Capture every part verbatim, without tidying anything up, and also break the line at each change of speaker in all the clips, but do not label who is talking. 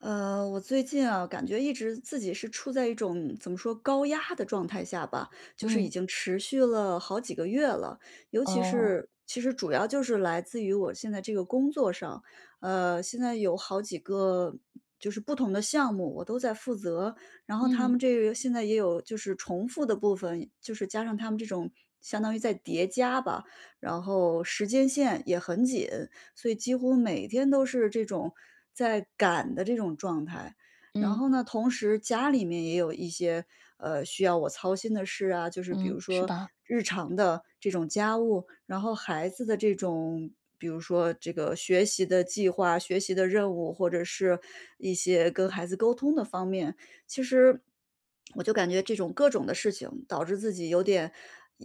呃，我最近啊，感觉一直自己是处在一种怎么说高压的状态下吧，就是已
嗯，
经持续了好几个月了。尤其
哦，
是其实主要就是来自于我现在这个工作上，呃，现在有好几个就是不同的项目，我都在负责。然后他
嗯
们这个现在也有就是重复的部分，就是加上他们这种相当于在叠加吧，然后时间线也很紧，所以几乎每天都是这种在赶的这种状态。然
嗯
后呢，同时家里面也有一些，呃，需要我操心的事啊，就是比
嗯，
如
是
说
吧？
日常的这种家务，然后孩子的这种，比如说这个学习的计划、学习的任务，或者是一些跟孩子沟通的方面，其实我就感觉这种各种的事情导致自己有点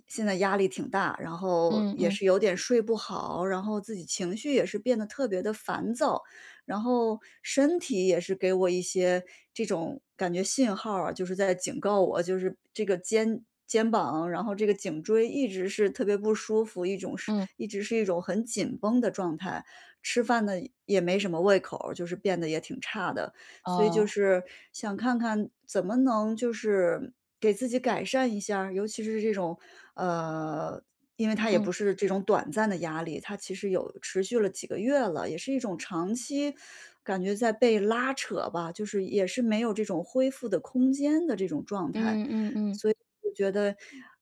现在压力挺大，然后
嗯
也
嗯
是有点睡不好，然后自己情绪也是变得特别的烦躁，然后身体也是给我一些这种感觉信号啊，就是在警告我，就是这个肩肩膀，然后这个颈椎一直是特别不舒服，一种是
嗯，
一直是一种很紧绷的状态，吃饭呢也没什么胃口就是变得也挺差的。所以就
哦，
是想看看怎么能就是给自己改善一下儿尤其是这种，呃，因为它也
嗯
不是这种短暂的压力，它其实有持续了几个月了，也是一种长期感觉在被拉扯吧，就是也是没有这种恢复的空间的这种状态。
嗯嗯嗯，
我觉得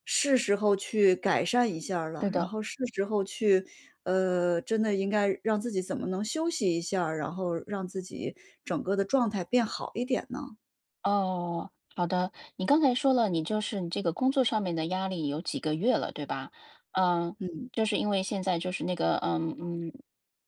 是时候去改善一下儿
是
了，然
的。
后是时候去，呃，真的应该让自己怎么能休息一下儿然后让自己整个的状态变好一点呢？
哦，好的。你刚才说了，你就是你这个工作上面的压力有几个月了，对吧？嗯，
嗯。
就是因为现在就是那个，嗯嗯，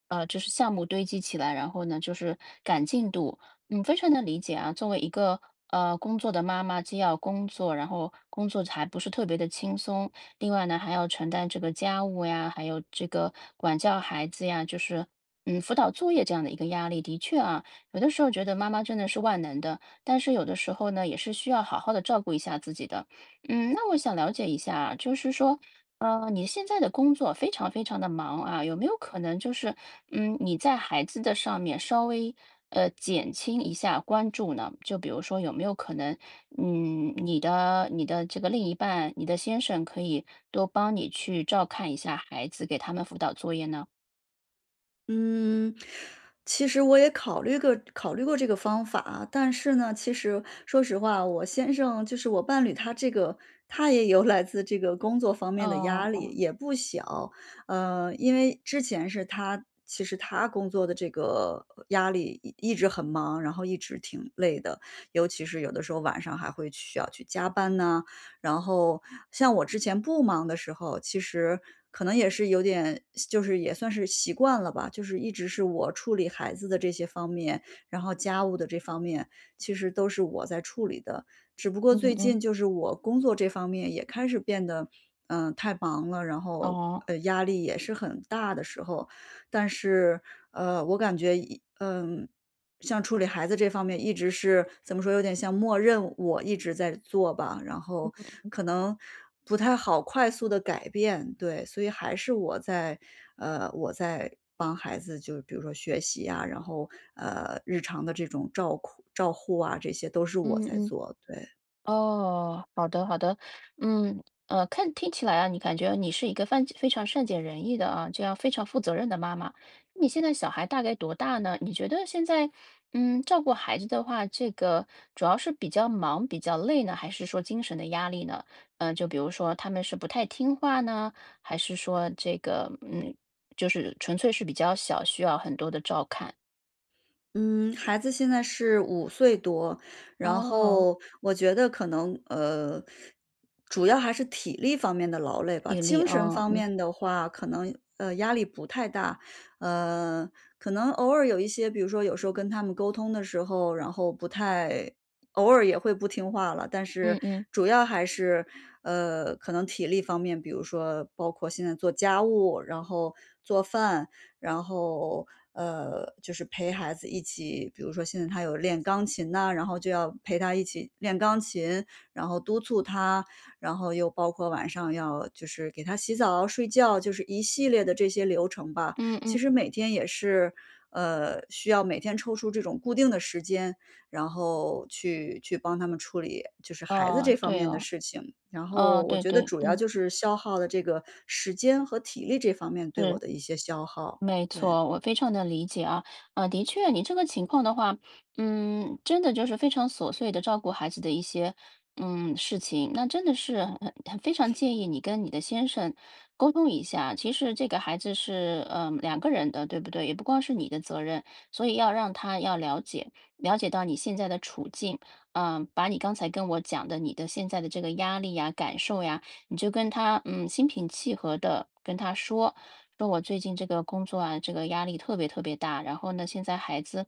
呃，就是项目堆积起来，然后呢，就是赶进度。嗯，非常能理解啊。作为一个呃工作的妈妈，既要工作，然后工作还不是特别的轻松，另外呢还要承担这个家务呀，还有这个管教孩子呀，就是嗯辅导作业这样的一个压力，的确啊，有的时候觉得妈妈真的是万能的。但是有的时候呢，也是需要好好的照顾一下自己的。嗯，那我想了解一下，就是说，呃，你现在的工作非常非常的忙啊，有没有可能就是，嗯，你在孩子的上面稍微呃减轻一下关注呢？就比如说，有没有可能，嗯，你的你的这个另一半，你的先生可以多帮你去照看一下孩子，给他们辅导作业呢？
嗯，其实我也考虑过考虑过这个方法，但是呢，其实说实话，我先生就是我伴侣，他这个他也有来自这个工作方面的
哦
压力，
哦，
也不小。呃，因为之前是他其实他工作的这个呃压力一一直很忙，然后一直挺累的，尤其是有的时候晚上还会需要去加班呐、然后像我之前不忙的时候，其实可能也是有点就是也算是习惯了吧，就是一直是我处理孩子的这些方面，然后家务的这方面，其实都是我在处理的。只不过
嗯
最
嗯，
近就是我工作这方面也开始变得，嗯、太忙了，然后
哦。
呃压力也是很大的时候，但是呃我感觉一嗯。像处理孩子这方面一直是怎么说，有点像默认我一直在做吧，然后可能不太好快速的改变，对，所以还是我在呃，我在帮孩子就比如说学习啊，然后，呃，日常的这种照顾照护啊，这些都是我
嗯
在
嗯。
做，对。
哦，好的好的，嗯，呃，看听起来啊，你感觉你是一个非非常善解人意的啊，这样非常负责任的妈妈。你现在小孩大概多大呢？你觉得现在，嗯，照顾孩子的话，这个主要是比较忙、比较累呢，还是说精神的压力呢？嗯、就比如说他们是不太听话呢，还是说这个，嗯，就是纯粹是比较小，需要很多的照看？
嗯，孩子现在是五岁多，然
哦，
后我觉得可能，呃，主要还是体力方面的劳累吧，
体力，
精神
哦，
方
嗯
面的话，可能，呃，压力不太大。呃，可能偶尔有一些，比如说有时候跟他们沟通的时候，然后不太偶尔也会不听话了，但是
嗯嗯
主要还是，呃，可能体力方面，比如说包括现在做家务，然后做饭，然后呃，就是陪孩子一起，比如说现在他有练钢琴呐，然后就要陪他一起练钢琴，然后督促他，然后又包括晚上要就是给他洗澡、睡觉，就是一系列的这些流程吧。
嗯
其
嗯，
实每天也是，呃，需要每天抽出这种固定的时间，然后去去帮他们处理就是孩子
哦，
这方
对
面的
哦。
事情。然
哦，
后我
对
觉得
对，
主要
嗯，
就是消耗的这个时间和体力这方面对我
是。
的一些消耗。
没
对，
错，我非常的理解啊，啊，的确，你这个情况的话，嗯，真的就是非常琐碎的照顾孩子的一些嗯事情，那真的是很很非常建议你跟你的先生沟通一下。其实这个孩子是嗯两个人的，对不对？也不光是你的责任，所以要让他要了解了解到你现在的处境，嗯，把你刚才跟我讲的你的现在的这个压力呀、感受呀，你就跟他嗯心平气和的跟他说。说我最近这个工作啊，这个压力特别特别大，然后呢，现在孩子，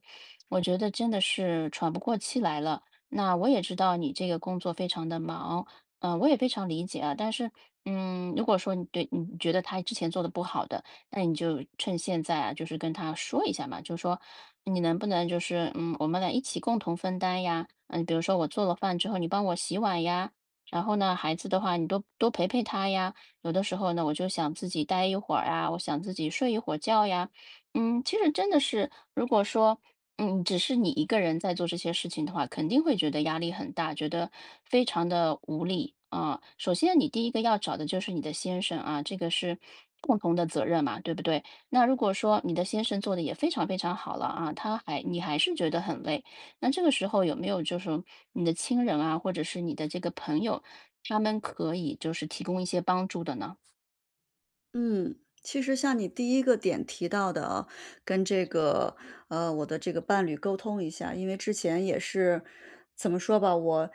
我觉得真的是喘不过气来了。那我也知道你这个工作非常的忙，嗯，我也非常理解啊。但是，嗯，如果说你对你觉得他之前做的不好的，那你就趁现在啊，就是跟他说一下嘛，就说你能不能就是，嗯，我们俩一起共同分担呀？嗯，比如说我做了饭之后，你帮我洗碗呀。然后呢，孩子的话，你多多陪陪他呀。有的时候呢，我就想自己待一会儿啊，我想自己睡一会儿觉呀。嗯，其实真的是，如果说，嗯，只是你一个人在做这些事情的话，肯定会觉得压力很大，觉得非常的无力啊。首先，你第一个要找的就是你的先生啊，这个是共同的责任嘛，对不对？那如果说你的先生做的也非常非常好了啊，他还你还是觉得很累，那这个时候有没有就是你的亲人啊，或者是你的这个朋友？他们可以就是提供一些帮助的呢？
嗯，其实像你第一个点提到的啊跟这个呃我的这个伴侣沟通一下，因为之前也是怎么说吧，我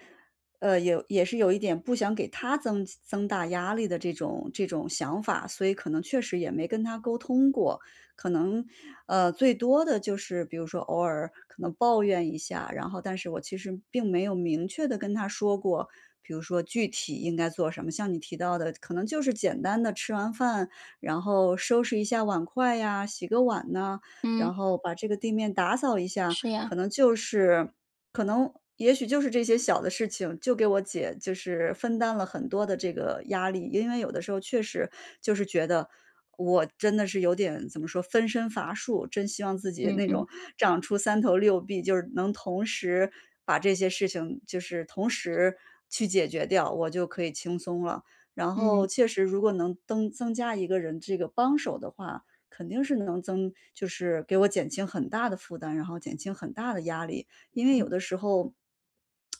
呃也也是有一点不想给他增增大压力的这种这种想法，所以可能确实也没跟他沟通过，可能呃最多的就是比如说偶尔可能抱怨一下，然后但是我其实并没有明确的跟他说过。比如说具体应该做什么，像你提到的，可能就是简单的吃完饭然后收拾一下碗筷呀，洗个碗呐，
嗯，
然后把这个地面打扫一下，
是
可
呀，
能就是可能也许就是这些小的事情，就给我姐就是分担了很多的这个压力。因为有的时候确实就是觉得我真的是有点怎么说分身乏术，真希望自己
嗯
那
嗯
种长出三头六臂，就是能同时把这些事情就是同时去解决掉，我就可以轻松了。然后
嗯，
确实如果能增增加一个人这个帮手的话，肯定是能增就是给我减轻很大的负担，然后减轻很大的压力。因为有的时候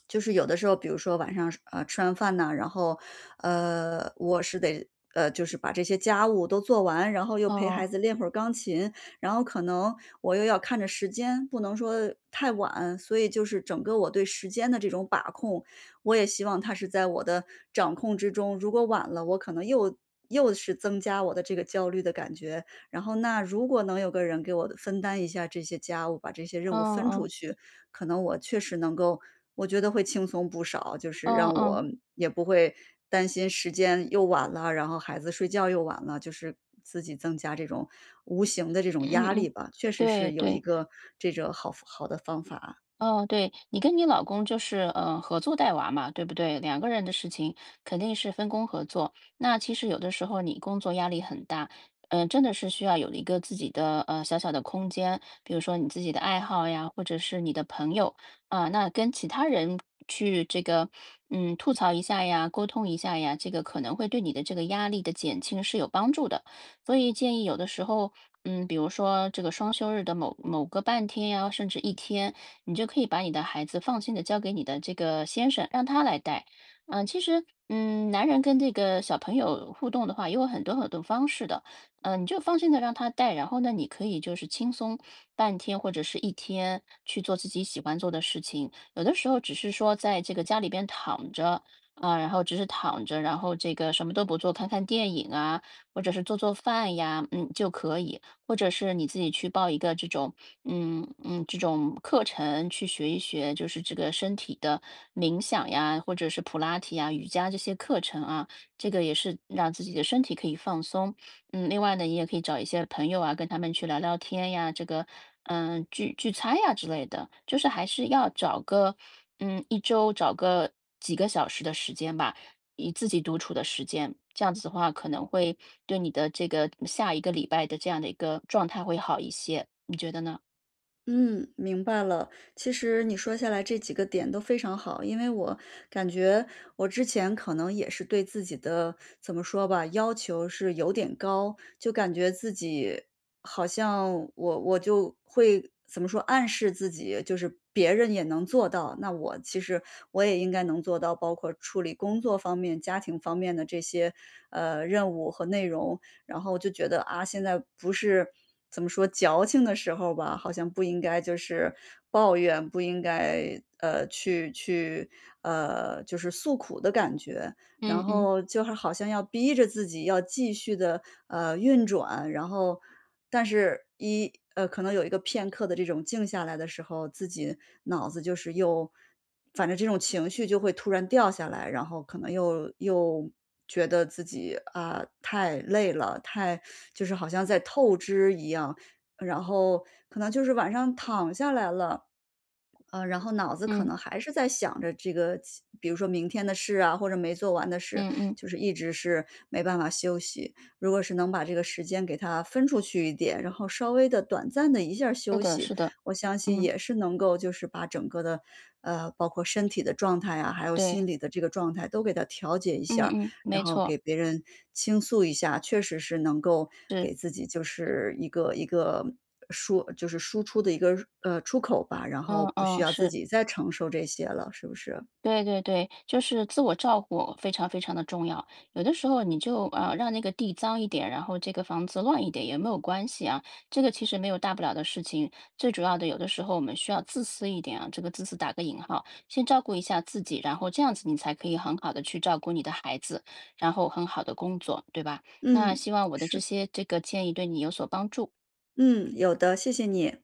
就是有的时候，比如说晚上，呃，吃完饭呐，然后，呃，我是得呃，就是把这些家务都做完，然后又陪
哦，
孩子练会儿钢琴，然后可能我又要看着时间，不能说太晚，所以就是整个我对时间的这种把控我也希望他是在我的掌控之中，如果晚了，我可能又又是增加我的这个焦虑的感觉。然后那如果能有个人给我分担一下这些家务，把这些任
哦
务分出
哦，
去，可能我确实能够，我觉得会轻松不少，就是
哦
让我
哦，
也不会担心时间又晚了，然后孩子睡觉又晚了，就是自己增加这种无形的这种
嗯
压
嗯，
力吧，确实
对
是有一
对。
个这种好好的方法。
哦，对，你跟你老公就是，呃，合作带娃嘛，对不对？两个人的事情肯定是分工合作。那其实有的时候你工作压力很大，嗯、真的是需要有一个自己的呃小小的空间，比如说你自己的爱好呀，或者是你的朋友啊、那跟其他人去这个嗯吐槽一下呀，沟通一下呀，这个可能会对你的这个压力的减轻是有帮助的。所以建议有的时候嗯，比如说这个双休日的某某个半天呀，甚至一天，你就可以把你的孩子放心的交给你的这个先生，让他来带。嗯、其实，嗯，男人跟这个小朋友互动的话，也有很多很多方式的。嗯、你就放心的让他带，然后呢，你可以就是轻松半天或者是一天去做自己喜欢做的事情。有的时候只是说在这个家里边躺着啊、然后只是躺着，然后这个什么都不做，看看电影啊，或者是做做饭呀，嗯，就可以。或者是你自己去报一个这种，嗯嗯，这种课程去学一学，就是这个身体的冥想呀，或者是普拉提呀、瑜伽这些课程啊，这个也是让自己的身体可以放松。嗯，另外呢，你也可以找一些朋友啊，跟他们去聊聊天呀，这个嗯聚聚餐呀之类的，就是还是要找个嗯一周找个几个小时的时间吧。以自己独处的时间，这样子的话可能会对你的这个下一个礼拜的这样的一个状态会好一些，你觉得呢？
嗯，明白了。其实你说下来这几个点都非常好，因为我感觉我之前可能也是对自己的，怎么说吧，要求是有点高，就感觉自己好像我我就会怎么说，暗示自己就是别人也能做到，那我其实我也应该能做到，包括处理工作方面、家庭方面的这些呃任务和内容。然后就觉得啊，现在不是怎么说矫情的时候吧，好像不应该就是抱怨，不应该呃去去呃就是诉苦的感觉，然
嗯嗯
后就是好像要逼着自己要继续的呃运转，然后但是一呃可能有一个片刻的这种静下来的时候，自己脑子就是又反正这种情绪就会突然掉下来，然后可能又又觉得自己啊太累了，太就是好像在透支一样，然后可能就是晚上躺下来了，呃，然后脑子可
嗯
能还是在想着这个其比如说明天的事啊，或者没做完的事，
嗯嗯，
就是一直是没办法休息。如果是能把这个时间给它分出去一点，然后稍微的短暂的一下儿
是
休
的，
息，
是的，
我相信
嗯，
也是能够就是把整个的，呃，包括身体的状态啊，还有
对，
心理的这个状态都给它调节一
嗯
下儿
嗯，
然
没
后
错，
给别人倾诉一下，确实是能够
是，
给自己就是一个一个输就是输出的一个，呃，出口吧，然后
嗯
不需
嗯，
要自
是。
己再承受这些了，是不是？
对对对，就是自我照顾非常非常的重要。有的时候你就啊，让那个地脏一点，然后这个房子乱一点也没有关系啊，这个其实没有大不了的事情。最主要的，有的时候我们需要自私一点啊，这个自私打个引号，先照顾一下自己，然后这样子你才可以很好的去照顾你的孩子，然后很好的工作，对吧？那
嗯，
希望我的这
是，
些这个建议对你有所帮助。
嗯，有的，谢谢你。